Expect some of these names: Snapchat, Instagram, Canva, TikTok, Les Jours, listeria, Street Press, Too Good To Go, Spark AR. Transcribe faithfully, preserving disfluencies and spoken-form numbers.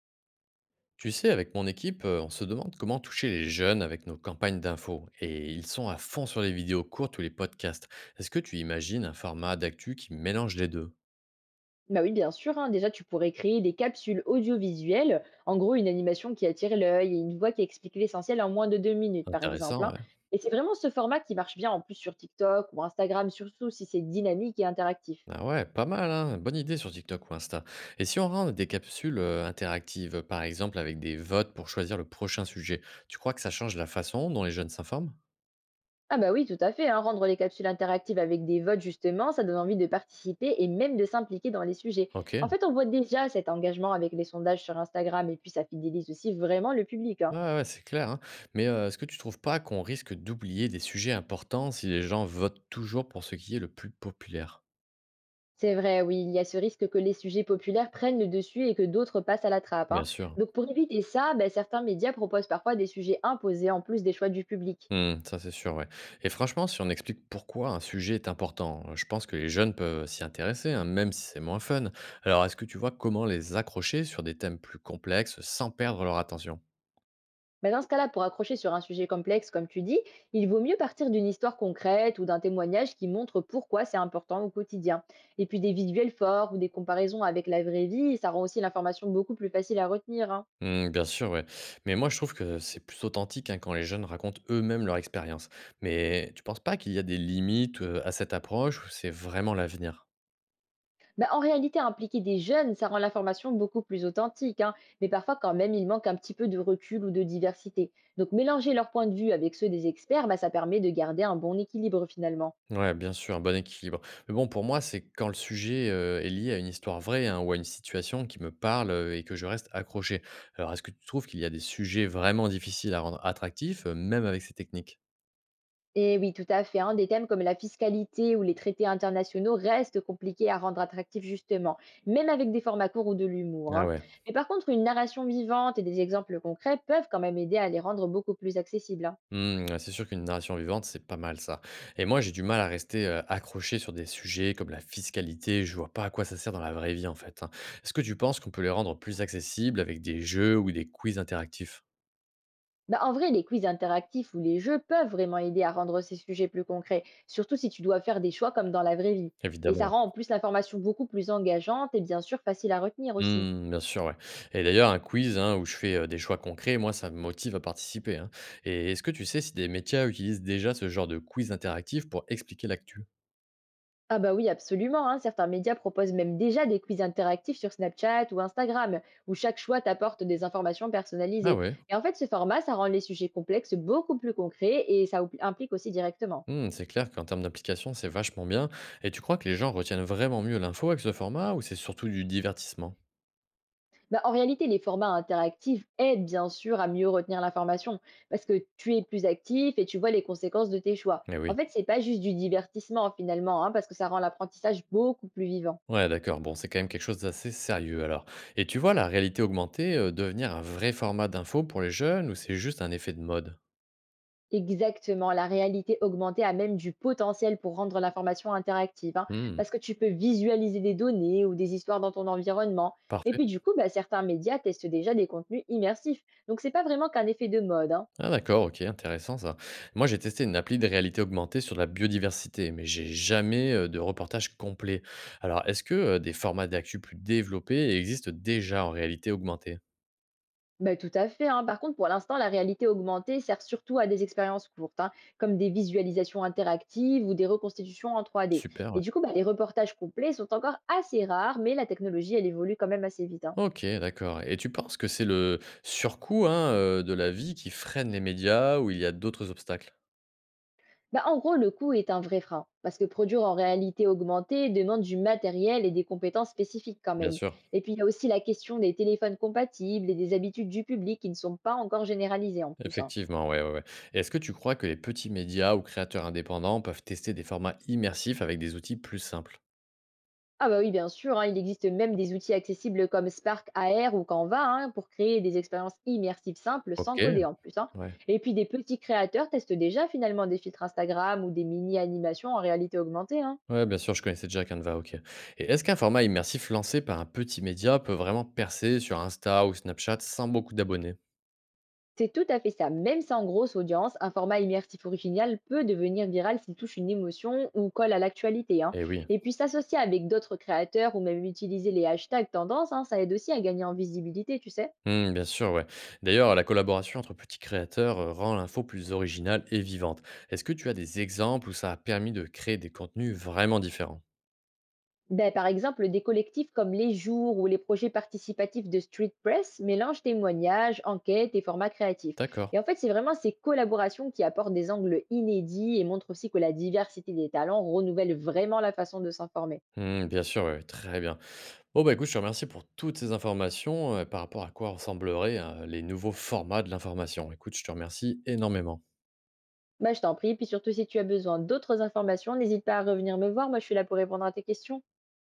Tu sais, avec mon équipe, euh, on se demande comment toucher les jeunes avec nos campagnes d'infos. Et ils sont à fond sur les vidéos courtes ou les podcasts. Est-ce que tu imagines un format d'actu qui mélange les deux? Bah oui, bien sûr. Hein. Déjà, tu pourrais créer des capsules audiovisuelles. En gros, une animation qui attire l'œil et une voix qui explique l'essentiel en moins de deux minutes, par exemple. Intéressant, Hein. ouais. Et c'est vraiment ce format qui marche bien en plus sur TikTok ou Instagram, surtout si c'est dynamique et interactif. Ah ouais, pas mal, hein. Bonne idée sur TikTok ou Insta. Et si on rend des capsules euh, interactives, par exemple avec des votes pour choisir le prochain sujet, tu crois que ça change la façon dont les jeunes s'informent? Ah bah oui, tout à fait. Hein. Rendre les capsules interactives avec des votes, justement, ça donne envie de participer et même de s'impliquer dans les sujets. Ok, ouais, En fait, on voit déjà cet engagement avec les sondages sur Instagram et puis ça fidélise aussi vraiment le public. Hein. ouais, c'est clair, hein. Mais euh, est-ce que tu trouves pas qu'on risque d'oublier des sujets importants si les gens votent toujours pour ce qui est le plus populaire? C'est vrai, oui, il y a ce risque que les sujets populaires prennent le dessus et que d'autres passent à la trappe. Bien Hein. sûr. Donc pour éviter ça, ben, certains médias proposent parfois des sujets imposés en plus des choix du public. Mmh, ça, c'est sûr, ouais, et franchement, si on explique pourquoi un sujet est important, heu, je pense que les jeunes peuvent s'y intéresser, hein, même si c'est moins fun. Alors, est-ce que tu vois comment les accrocher sur des thèmes plus complexes sans perdre leur attention? Mais dans ce cas-là, pour accrocher sur un sujet complexe, comme tu dis, il vaut mieux partir d'une histoire concrète ou d'un témoignage qui montre pourquoi c'est important au quotidien. Et puis des visuels forts ou des comparaisons avec la vraie vie, ça rend aussi l'information beaucoup plus facile à retenir. Hein. Mmh, bien sûr, ouais, mais moi, je trouve que c'est plus authentique, hein, quand les jeunes racontent eux-mêmes leur expérience. Mais tu penses pas qu'il y a des limites, heu, à cette approche, ou c'est vraiment l'avenir? Bah, en réalité, impliquer des jeunes, ça rend l'information beaucoup plus authentique, hein, mais parfois quand même, il manque un petit peu de recul ou de diversité. Donc mélanger leurs points de vue avec ceux des experts, bah, ça permet de garder un bon équilibre finalement. Ouais, bien sûr, un bon équilibre. Mais bon, pour moi, c'est quand le sujet euh, est lié à une histoire vraie, hein, ou à une situation qui me parle, euh, et que je reste accroché. Alors, est-ce que tu trouves qu'il y a des sujets vraiment difficiles à rendre attractifs, euh, même avec ces techniques? Et oui, tout à fait. Hein, des thèmes comme la fiscalité ou les traités internationaux restent compliqués à rendre attractifs justement, même avec des formats courts ou de l'humour. Ah Hein. ouais. Mais par contre, une narration vivante et des exemples concrets peuvent quand même aider à les rendre beaucoup plus accessibles. Hein. Hmm, ouais, c'est sûr qu'une narration vivante, c'est pas mal ça. Et moi, j'ai du mal à rester euh, accroché sur des sujets comme la fiscalité. Je vois pas à quoi ça sert dans la vraie vie, en fait, hein. Est-ce que tu penses qu'on peut les rendre plus accessibles avec des jeux ou des quiz interactifs? Bah, en vrai, les quiz interactifs ou les jeux peuvent vraiment aider à rendre ces sujets plus concrets, surtout si tu dois faire des choix comme dans la vraie vie. Et ça Évidemment. rend en plus l'information beaucoup plus engageante et bien sûr facile à retenir aussi. Mmh, bien sûr, ouais. Et d'ailleurs, un quiz, hein, où je fais, euh, des choix concrets, moi, ça me motive à participer, hein. Et est-ce que tu sais si des métiers utilisent déjà ce genre de quiz interactif pour expliquer l'actu? Ah bah oui, absolument, hein, certains médias proposent même déjà des quiz interactifs sur Snapchat ou Instagram, où chaque choix t'apporte des informations Ah personnalisées. ouais. Et en fait, ce format, ça rend les sujets complexes beaucoup plus concrets et ça oubli- implique aussi directement. Mmh, c'est clair qu'en termes d'application, c'est vachement bien. Et tu crois que les gens retiennent vraiment mieux l'info avec ce format, ou c'est surtout du divertissement? Bah, en réalité, les formats interactifs aident bien sûr à mieux retenir l'information parce que tu es plus actif et tu vois les conséquences de tes choix. Eh En oui. fait, c'est pas juste du divertissement finalement, hein, parce que ça rend l'apprentissage beaucoup plus vivant. Ouais, d'accord. Bon, c'est quand même quelque chose d'assez sérieux alors. Et tu vois la réalité augmentée euh, devenir un vrai format d'info pour les jeunes, ou c'est juste un effet de mode? Exactement, la réalité augmentée a même du potentiel pour rendre l'information interactive, hein, Hmm. parce que tu peux visualiser des données ou des histoires dans ton environnement. Et Parfait. puis du coup, bah, certains médias testent déjà des contenus immersifs. Donc c'est pas vraiment qu'un effet de mode. Hein. Ah d'accord, OK, intéressant ça. Moi, j'ai testé une appli de réalité augmentée sur la biodiversité, mais j'ai jamais euh, de reportage complet. Alors, est-ce que euh, des formats d'actu plus développés existent déjà en réalité augmentée? Bah, tout à fait, hein. Par contre, pour l'instant, la réalité augmentée sert surtout à des expériences courtes, hein, comme des visualisations interactives ou des reconstitutions en trois D. Super, Et ouais. du coup, bah, les reportages complets sont encore assez rares, mais la technologie, elle évolue quand même assez vite. Hein. Ok, d'accord. Et tu penses que c'est le surcoût, hein, euh, de la vie qui freine les médias, ou il y a d'autres obstacles? Bah, en gros, le coût est un vrai frein, parce que produire en réalité augmentée demande du matériel et des compétences spécifiques quand Bien même. sûr. Et puis, il y a aussi la question des téléphones compatibles et des habitudes du public qui ne sont pas encore généralisées en plus. Hein. Effectivement, ouais, ouais, ouais. Et est-ce que tu crois que les petits médias ou créateurs indépendants peuvent tester des formats immersifs avec des outils plus simples? Ah bah oui, bien sûr, hein, il existe même des outils accessibles comme Spark A R ou Canva hein, pour créer des expériences immersives simples Ok, sans coder en plus. Hein. ouais. Et puis des petits créateurs testent déjà finalement des filtres Instagram ou des mini-animations en réalité augmentée. Hein. Ouais, bien sûr, je connaissais déjà Canva, OK. Et est-ce qu'un format immersif lancé par un petit média peut vraiment percer sur Insta ou Snapchat sans beaucoup d'abonnés? C'est tout à fait ça. Même sans grosse audience, un format immersif original peut devenir viral s'il touche une émotion ou colle à l'actualité. Hein. Eh oui. Et puis s'associer avec d'autres créateurs ou même utiliser les hashtags tendances, hein, ça aide aussi à gagner en visibilité, tu sais. Hmm, bien sûr, ouais. D'ailleurs, la collaboration entre petits créateurs euh, rend l'info plus originale et vivante. Est-ce que tu as des exemples où ça a permis de créer des contenus vraiment différents? Ben, par exemple, des collectifs comme Les Jours ou les projets participatifs de Street Press mélangent témoignages, enquêtes et formats créatifs. D'accord. Et en fait, c'est vraiment ces collaborations qui apportent des angles inédits et montrent aussi que la diversité des talents renouvelle vraiment la façon de s'informer. Hmm, bien sûr, ouais, très bien. Bon, bah écoute, je te remercie pour toutes ces informations euh, par rapport à quoi ressembleraient, euh, les nouveaux formats de l'information. Écoute, je te remercie énormément. Ben, je t'en prie, puis surtout si tu as besoin d'autres informations, n'hésite pas à revenir me voir, moi je suis là pour répondre à tes questions.